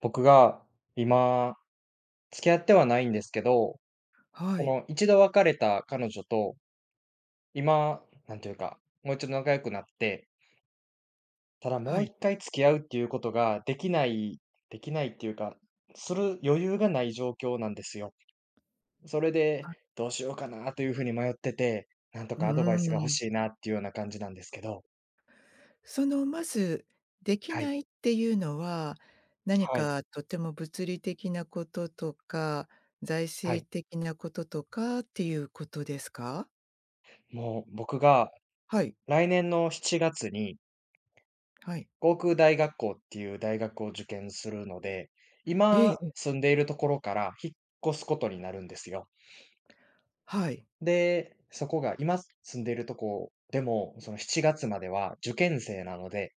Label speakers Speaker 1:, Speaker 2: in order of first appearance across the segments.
Speaker 1: 僕が今、付き合ってはないんですけど、
Speaker 2: は
Speaker 1: そ
Speaker 2: い、
Speaker 1: の一度別れた彼女と、今、なんていうか、もう一度仲良くなって、ただも
Speaker 2: は
Speaker 1: う
Speaker 2: い、
Speaker 1: 一回付き合うっていうことができないっていうか、する余裕がない状況なんですよ。それで、
Speaker 2: あ
Speaker 1: どうしようかなというふうに迷ってて、なんと
Speaker 2: うー
Speaker 1: かアドバイスが欲
Speaker 2: ん。
Speaker 1: しいなっていうような感じなんですけど。
Speaker 2: その、まず、でき
Speaker 1: は
Speaker 2: な
Speaker 1: い、
Speaker 2: いっていうのは、何
Speaker 1: はい、
Speaker 2: かとても物理的なこととか、財
Speaker 1: は
Speaker 2: 政
Speaker 1: い。
Speaker 2: 的なこととかっていうことですか？
Speaker 1: もう僕が
Speaker 2: はい、
Speaker 1: 来年の7月に
Speaker 2: はい。
Speaker 1: 航空大学校っていう大学を受験するので、
Speaker 2: え
Speaker 1: 今
Speaker 2: えええ、
Speaker 1: 住んでいるところから引っ越すことになるんですよ。
Speaker 2: はい。
Speaker 1: で、そこが今住んでいるとこでも、その7月までは受験生なので、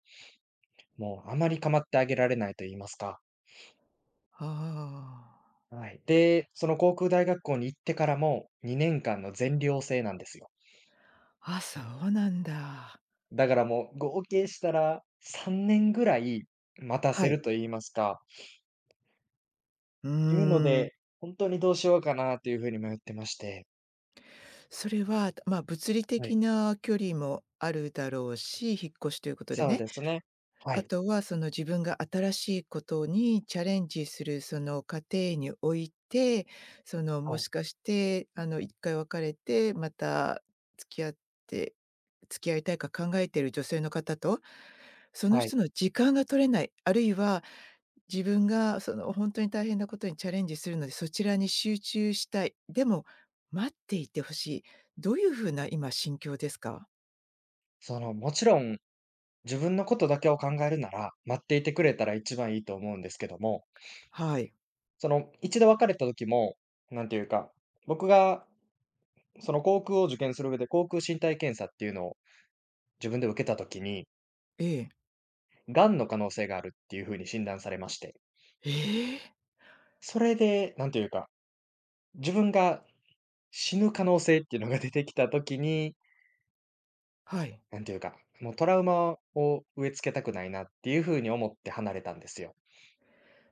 Speaker 1: もうあまり構ってあげられないと言いますか。
Speaker 2: ああ。
Speaker 1: はい。で、その航空大学校に行ってからも2年間の全寮制なんですよ。
Speaker 2: あ、そうなんだ。
Speaker 1: だからもう合計したら3年ぐらい待た
Speaker 2: は
Speaker 1: せ
Speaker 2: い。
Speaker 1: ると言いますか、
Speaker 2: う
Speaker 1: っていうの
Speaker 2: ーん。
Speaker 1: で、本当にどうしようかなというふうに迷ってまして。
Speaker 2: それは、まあ、物理
Speaker 1: は
Speaker 2: 的
Speaker 1: い。
Speaker 2: な距離もあるだろうし、引っ越しということで
Speaker 1: そう
Speaker 2: ね。
Speaker 1: ですね。は
Speaker 2: あ
Speaker 1: い。
Speaker 2: とはその自分が新しいことにチャレンジするその過程において、その
Speaker 1: は
Speaker 2: もし
Speaker 1: い。
Speaker 2: かしてあの1回別れて、また付き合って付き合いたいか考えている女性の方と、その
Speaker 1: は
Speaker 2: 人
Speaker 1: い。
Speaker 2: の時間が取れない、あるいは自分がその本当に大変なことにチャレンジするので、そちらに集中したい、でも待っていてほしい、どういうふうな今心境ですか？
Speaker 1: その、もちろん、自分のことだけを考えるなら、待っていてくれたら一番いいと思うんですけども、
Speaker 2: はい。
Speaker 1: その、一度別れた時も、なんていうか、僕が、その、航空を受験する上で、航空身体検査っていうのを自分で受けた時に、
Speaker 2: ええ。
Speaker 1: 癌の可能性があるっていう風に診断されまして、
Speaker 2: ええ。
Speaker 1: それで、なんていうか、自分が死ぬ可能性っていうのが出てきた時に、
Speaker 2: はい。
Speaker 1: なんていうか、もうトラウマを植え付けたくないなっていう風に思って離れたんですよ。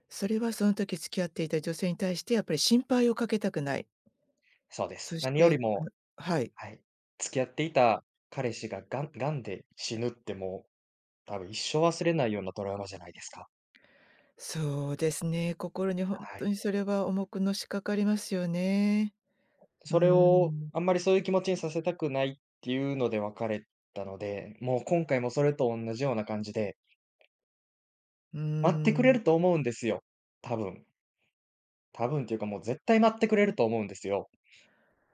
Speaker 2: それはその時付き合っていた女性に対してやっぱり心配をかけたくない。
Speaker 1: そうで
Speaker 2: そ
Speaker 1: す。
Speaker 2: し
Speaker 1: 何より
Speaker 2: て、
Speaker 1: も、
Speaker 2: あ、はい。
Speaker 1: はい、付き合っていた彼氏ががんで死ぬってもう、多分一生忘れないようなトラウマじゃないですか。
Speaker 2: そうですね、心に本
Speaker 1: は
Speaker 2: 当
Speaker 1: い。
Speaker 2: にそれは重くのしかかりますよね。うー
Speaker 1: それを、
Speaker 2: ん、
Speaker 1: あんまりそういう気持ちにさせたくないっていうので別れたので、もう今回もそれと同じような感じで、
Speaker 2: うー
Speaker 1: 待ってくれ
Speaker 2: ん、
Speaker 1: ると思うんですよ。多分。多分っていうかもう絶対待ってくれると思うんですよ。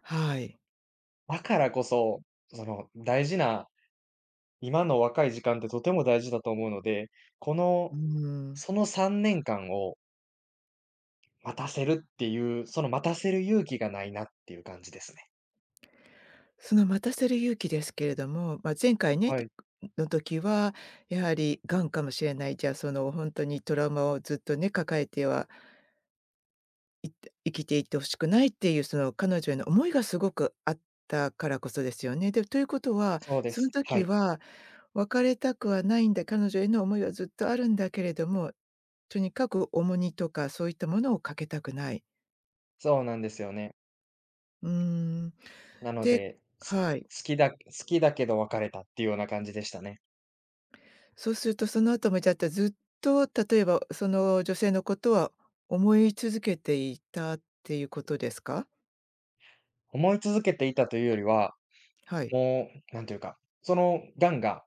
Speaker 2: はい。
Speaker 1: だからこそ、その大事な、今の若い時間ってとても大事だと思うので、こ
Speaker 2: う
Speaker 1: の、
Speaker 2: ーん。
Speaker 1: その3年間を待たせるっていう、その待たせる勇気がないなっていう感じですね。
Speaker 2: その待たせる勇気ですけれども、まあ、前回ね、
Speaker 1: はい。
Speaker 2: の時はやはり癌かもしれない、じゃあ、その本当にトラウマをずっとね、抱えてい生きていって欲しくないっていうその彼女への思いがすごくあったからこそですよね。で、ということは、
Speaker 1: そうで
Speaker 2: その
Speaker 1: す。は
Speaker 2: 時
Speaker 1: い。
Speaker 2: は別れたくはないんだ、彼女への思いはずっとあるんだけれども、とにかく重荷とかそういったものをかけたくない。
Speaker 1: そうなんですよね。
Speaker 2: うーん。
Speaker 1: なの
Speaker 2: で
Speaker 1: で、す
Speaker 2: はい。
Speaker 1: 好きだ好きだけど別れたっていうような感じでしたね。
Speaker 2: そうするとその後もじゃあずっと例えばその女性のことは思い続けていたっていうことですか？
Speaker 1: 思い続けていたというよりは、
Speaker 2: はい。
Speaker 1: もう、なんていうか、その癌が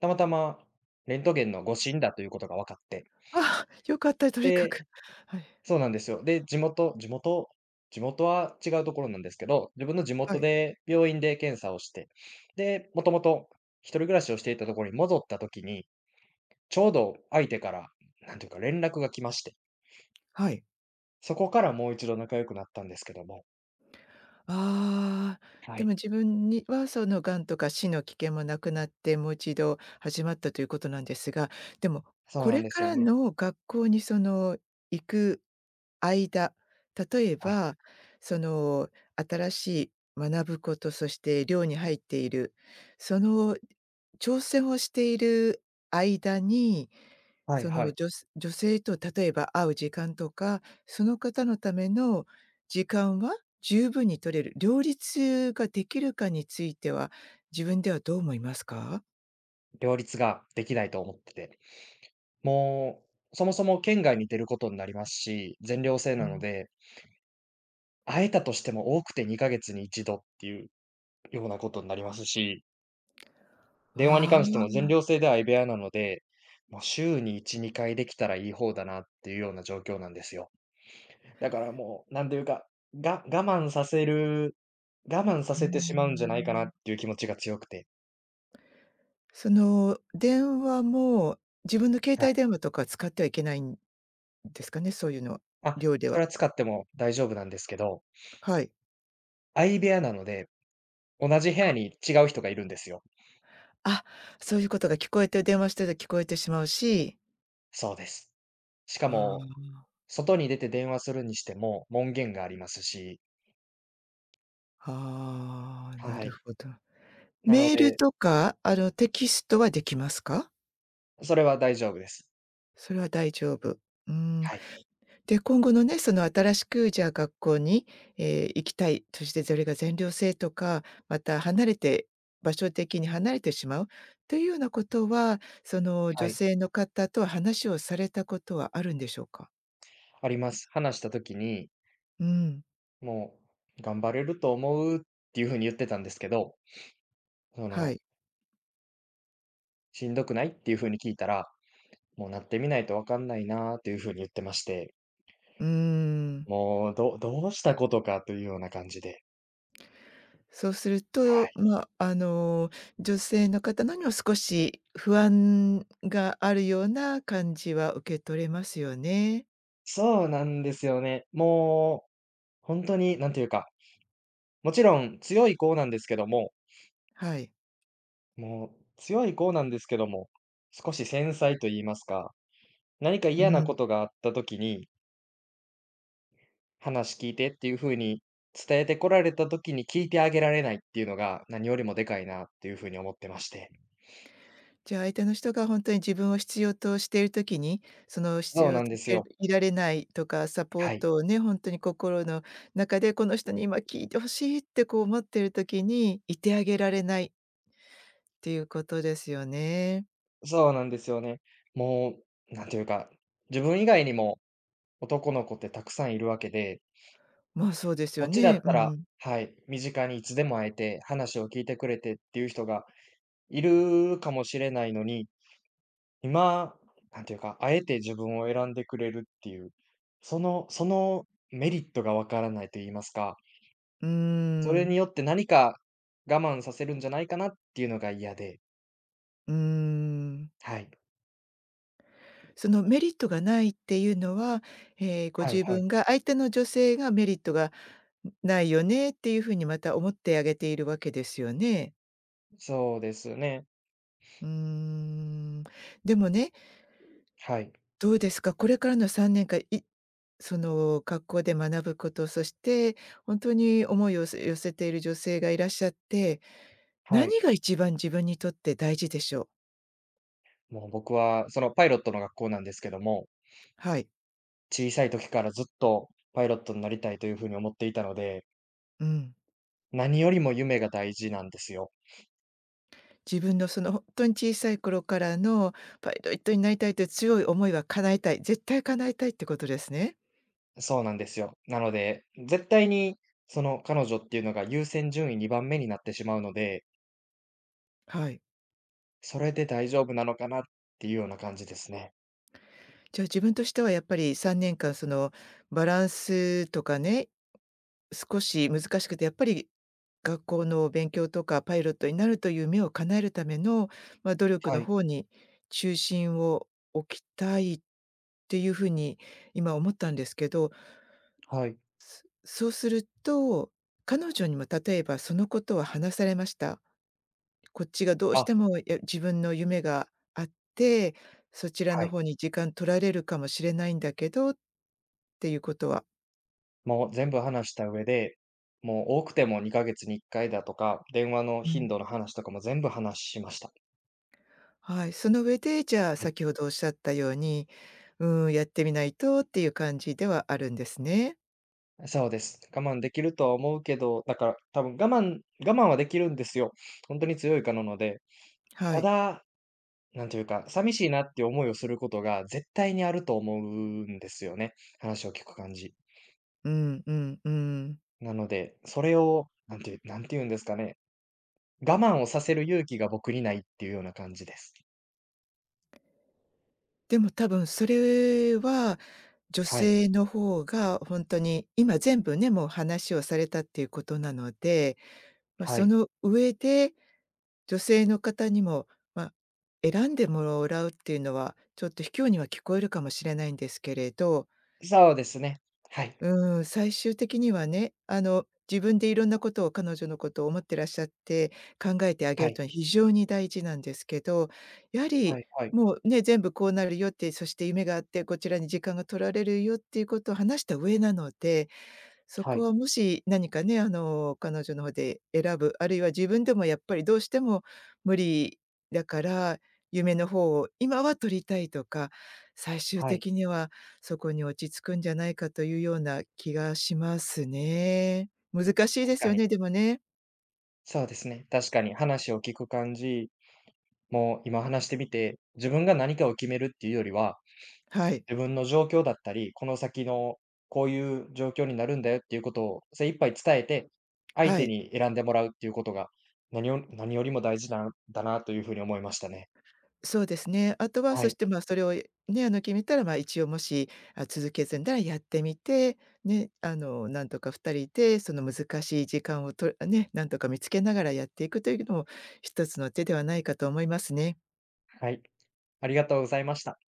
Speaker 1: たまたまレントゲンの誤診だということが分かって、
Speaker 2: あよかった、とにか
Speaker 1: で、
Speaker 2: く。はい。
Speaker 1: そうなんですよ。で、地元は違うところなんですけど、自分の地
Speaker 2: は
Speaker 1: 元
Speaker 2: い。
Speaker 1: で病院で検査をして、で、もともと一人暮らしをしていたところに戻った時に、ちょうど相手から、なんていうか連絡が来まして、
Speaker 2: はい。
Speaker 1: そこからもう一度仲良くなったんですけども。
Speaker 2: ああ、
Speaker 1: は
Speaker 2: でも
Speaker 1: い。
Speaker 2: 自分にはその癌とか死の危険もなくなって、もう一度始まったということなんですが、でも
Speaker 1: そう
Speaker 2: こ
Speaker 1: なん
Speaker 2: れ
Speaker 1: で
Speaker 2: か
Speaker 1: すよ
Speaker 2: ら
Speaker 1: ね。
Speaker 2: の学校にその行く間、例え
Speaker 1: はい。
Speaker 2: ばその新しい学ぶこと、そして寮に入っている、その挑戦をしている間に
Speaker 1: はい
Speaker 2: そ
Speaker 1: は
Speaker 2: の、
Speaker 1: い。
Speaker 2: じょす女性と例えば会う時間とか、その方のための時間は十分に取れる、両立ができるかについては、自分ではどう思いますか？
Speaker 1: 両立ができないと思ってて。もう、そもそも県外に出ることになりますし、全寮制
Speaker 2: う
Speaker 1: なの
Speaker 2: ん。
Speaker 1: で、会えたとしても多くて2ヶ月に1度っていうようなことになりますし、電話に
Speaker 2: あ
Speaker 1: 関しても
Speaker 2: あ。
Speaker 1: 全寮制では相部屋なので、もう週に1、2回できたらいい方だなっていうような状況なんですよ。だからもう、なんていうか、が我慢させる我慢さ
Speaker 2: うー
Speaker 1: せてしまうんじゃないかなっ
Speaker 2: ん。
Speaker 1: ていう気持ちが強くて。
Speaker 2: その、電話も自分の携
Speaker 1: は
Speaker 2: 帯
Speaker 1: い。
Speaker 2: 電話とか使ってはいけないんですかね？そういうのは、
Speaker 1: あ、
Speaker 2: 寮で
Speaker 1: そ
Speaker 2: は。
Speaker 1: れは使っても大丈夫なんですけど、
Speaker 2: はい。
Speaker 1: 相部屋なので、同じ部屋に違う人がいるんですよ。
Speaker 2: あ、そういうことが聞こえて電話してて聞こえてしまうし。
Speaker 1: そうです。しかも、
Speaker 2: あ
Speaker 1: 外に出て電話するにしても門限がありますし、
Speaker 2: あ、ああ、な
Speaker 1: は
Speaker 2: る
Speaker 1: い。
Speaker 2: ほど。
Speaker 1: なの
Speaker 2: メール
Speaker 1: で、
Speaker 2: とか、あの、テキストはできますか？
Speaker 1: それは大丈夫です。
Speaker 2: それは大丈夫。うーん。
Speaker 1: はい、
Speaker 2: で、今後のね、その新しくじゃあ学校に、ええ、行きたい、そしてそれが全寮制とか、また離れて場所的に離れてしまうというようなことは、その
Speaker 1: は
Speaker 2: 女
Speaker 1: い。
Speaker 2: 性の方とは話をされたことはあるんでしょうか？
Speaker 1: あります。話した時に、
Speaker 2: うん。
Speaker 1: もう「頑張れると思う」っていう風に言ってたんですけど、そ
Speaker 2: は
Speaker 1: の
Speaker 2: い。
Speaker 1: 「しんどくない？」っていう風に聞いたら、「もうなってみないとわかんないな」という風に言ってまして、
Speaker 2: うーん。
Speaker 1: もう、どうしたことかというような感じで、
Speaker 2: そうする
Speaker 1: は
Speaker 2: と、
Speaker 1: い。
Speaker 2: まあ、あの、女性の方のにも少し不安があるような感じは受け取れますよね。
Speaker 1: そうなんですよね。もう、本当になんていうか、もちろん強い子なんですけども、
Speaker 2: はい。
Speaker 1: もう強い子なんですけども、少し繊細と言いますか、何か
Speaker 2: う
Speaker 1: 嫌な
Speaker 2: ん。
Speaker 1: ことがあった時に話聞いてっていう風に伝えてこられた時に聞いてあげられないっていうのが、何よりもでかいなっていう風に思ってまして。
Speaker 2: じゃあ、相手の人が本当に自分を必要としている時に、その必
Speaker 1: そう
Speaker 2: 要
Speaker 1: なん
Speaker 2: と
Speaker 1: で
Speaker 2: し
Speaker 1: す
Speaker 2: て
Speaker 1: よ。
Speaker 2: いられないとか、サポー
Speaker 1: はい。
Speaker 2: トをね、本当に心の中でこの人に今聞いてほしいってこう思ってる時に、いてあげられないっていうことですよね。
Speaker 1: そうなんですよね。もう、なんていうか、自分以外にも男の子ってたくさんいるわけで、
Speaker 2: まあ、そうです
Speaker 1: こ
Speaker 2: よ
Speaker 1: っちだっ
Speaker 2: ね。う
Speaker 1: た
Speaker 2: ん
Speaker 1: ら、
Speaker 2: うん。
Speaker 1: はい、身近にいつでも会えて、話を聞いてくれてっていう人がいるかもしれないのに、今、なんていうか、あえて自分を選んでくれるっていう、そのメリットがわからないと言いますか、
Speaker 2: うー
Speaker 1: それ
Speaker 2: ん。
Speaker 1: によって何か我慢させるんじゃないかなっていうのが嫌で、
Speaker 2: うーん。
Speaker 1: はい。
Speaker 2: そのメリットがないっていうのは、ええ、ご
Speaker 1: はい
Speaker 2: 自
Speaker 1: はい。
Speaker 2: 分が相手の女性がメリットがないよねっていうふうにまた思ってあげているわけですよね。
Speaker 1: そうですね。
Speaker 2: うーん。でもね、
Speaker 1: はい。
Speaker 2: どうですか、これからの3年間、いその学校で学ぶこと、そして本当に思いを寄せている女性がいらっしゃって、
Speaker 1: はい。
Speaker 2: 何が一番自分にとって大事でしょう？
Speaker 1: もう僕はそのパイロットの学校なんですけども、
Speaker 2: はい。
Speaker 1: 小さい時からずっとパイロットになりたいという風に思っていたので、
Speaker 2: うん。
Speaker 1: 何よりも夢が大事なんですよ。
Speaker 2: 自分のその本当に小さい頃からのパイロットになりたいという強い思いは叶えたい、絶対叶えたいってことですね。
Speaker 1: そうなんですよ。なので、絶対にその彼女っていうのが優先順位2番目になってしまうので、
Speaker 2: はい。
Speaker 1: それで大丈夫なのかなっていうような感じですね。
Speaker 2: じゃあ自分としてはやっぱり3年間そのバランスとかね、少し難しくてやっぱり学校の勉強とかパイロットになるという夢を叶えるための、まあ、努力
Speaker 1: は
Speaker 2: の
Speaker 1: い、
Speaker 2: 方に中心を置きたいっていうふうに今思ったんですけど、
Speaker 1: はい。
Speaker 2: そうすると、彼女にも例えばそのことは話されました？こっちがどうし
Speaker 1: あ、
Speaker 2: ても、や自分の夢があって、そちら
Speaker 1: は
Speaker 2: の
Speaker 1: い。
Speaker 2: 方に時間取られるかもしれないんだけどっていうことは
Speaker 1: もう全部話した上で、もう多くても2ヶ月に1回だとか、電話の
Speaker 2: う
Speaker 1: 頻
Speaker 2: ん、
Speaker 1: 度の話とかも全部話しました。
Speaker 2: はい。その上で、じゃあ、
Speaker 1: は
Speaker 2: 先ほどおっしゃったように、うん、やってみないとっていう感じではあるんですね。
Speaker 1: い。そうです。我慢できるとは思うけど、だから多分我慢はできるんですよ。本当に強い子なので。
Speaker 2: は
Speaker 1: た
Speaker 2: い。
Speaker 1: だ、なんていうか、寂しいなって思いをすることが絶対にあると思うんですよね、話を聞く感じ。
Speaker 2: うんうんうん。
Speaker 1: なので、それを、なんていうんですかね、我慢をさせる勇気が僕にないっていうような感じです。
Speaker 2: でも多分それは、女
Speaker 1: はい、
Speaker 2: 性の方が本当に今全部ね、もう話をされたっていうことなので、まあ、
Speaker 1: は
Speaker 2: そ
Speaker 1: い。
Speaker 2: の上で女性の方にも、まあ、選んでもらうっていうのは、ちょっと卑怯には聞こえるかもしれないんですけれど、
Speaker 1: そうですね。はい。
Speaker 2: うん、最終的にはね、あの、自分でいろんなことを彼女のことを思ってらっしゃって、考えてあげ
Speaker 1: は
Speaker 2: る
Speaker 1: い、
Speaker 2: というのは非常に大事なんですけど、やは
Speaker 1: は
Speaker 2: り、
Speaker 1: いはい、
Speaker 2: もうね、全部こうなるよって、そして夢があって、こちらに時間が取られるよっていうことを話した上なので、そ
Speaker 1: は
Speaker 2: こ
Speaker 1: い、
Speaker 2: はもし何かね、あの、彼女の方で選ぶ、あるいは自分でもやっぱりどうしても無理だから、夢の方を今は取りたいとか、最終
Speaker 1: はい、
Speaker 2: 的にはそこに落ち着くんじゃないかというような気がしますね。難しいで
Speaker 1: 確
Speaker 2: す
Speaker 1: か
Speaker 2: よ
Speaker 1: に。
Speaker 2: ね、でもね。
Speaker 1: そうですね、確かに話を聞く感じ、もう今話してみて、自分が何かを決めるっていうよりは、
Speaker 2: はい。
Speaker 1: 自分の状況だったり、この先のこういう状況になるんだよっていうことを精一杯伝えて、相
Speaker 2: は
Speaker 1: 手
Speaker 2: い。
Speaker 1: に選んでもらうっていうことが、何よりも大事なんだなというふうに思いましたね。
Speaker 2: そうですね。あとは、
Speaker 1: は
Speaker 2: そし
Speaker 1: い、
Speaker 2: て、まあ、それをね、あの、決めたら、まあ、一応もし、あ、続けずんらやってみて、ね、あの、なんとか2人でその難しい時間をとね、なんとか見つけながらやっていくというのも一つの手ではないかと思いますね。
Speaker 1: はい、ありがとうございました。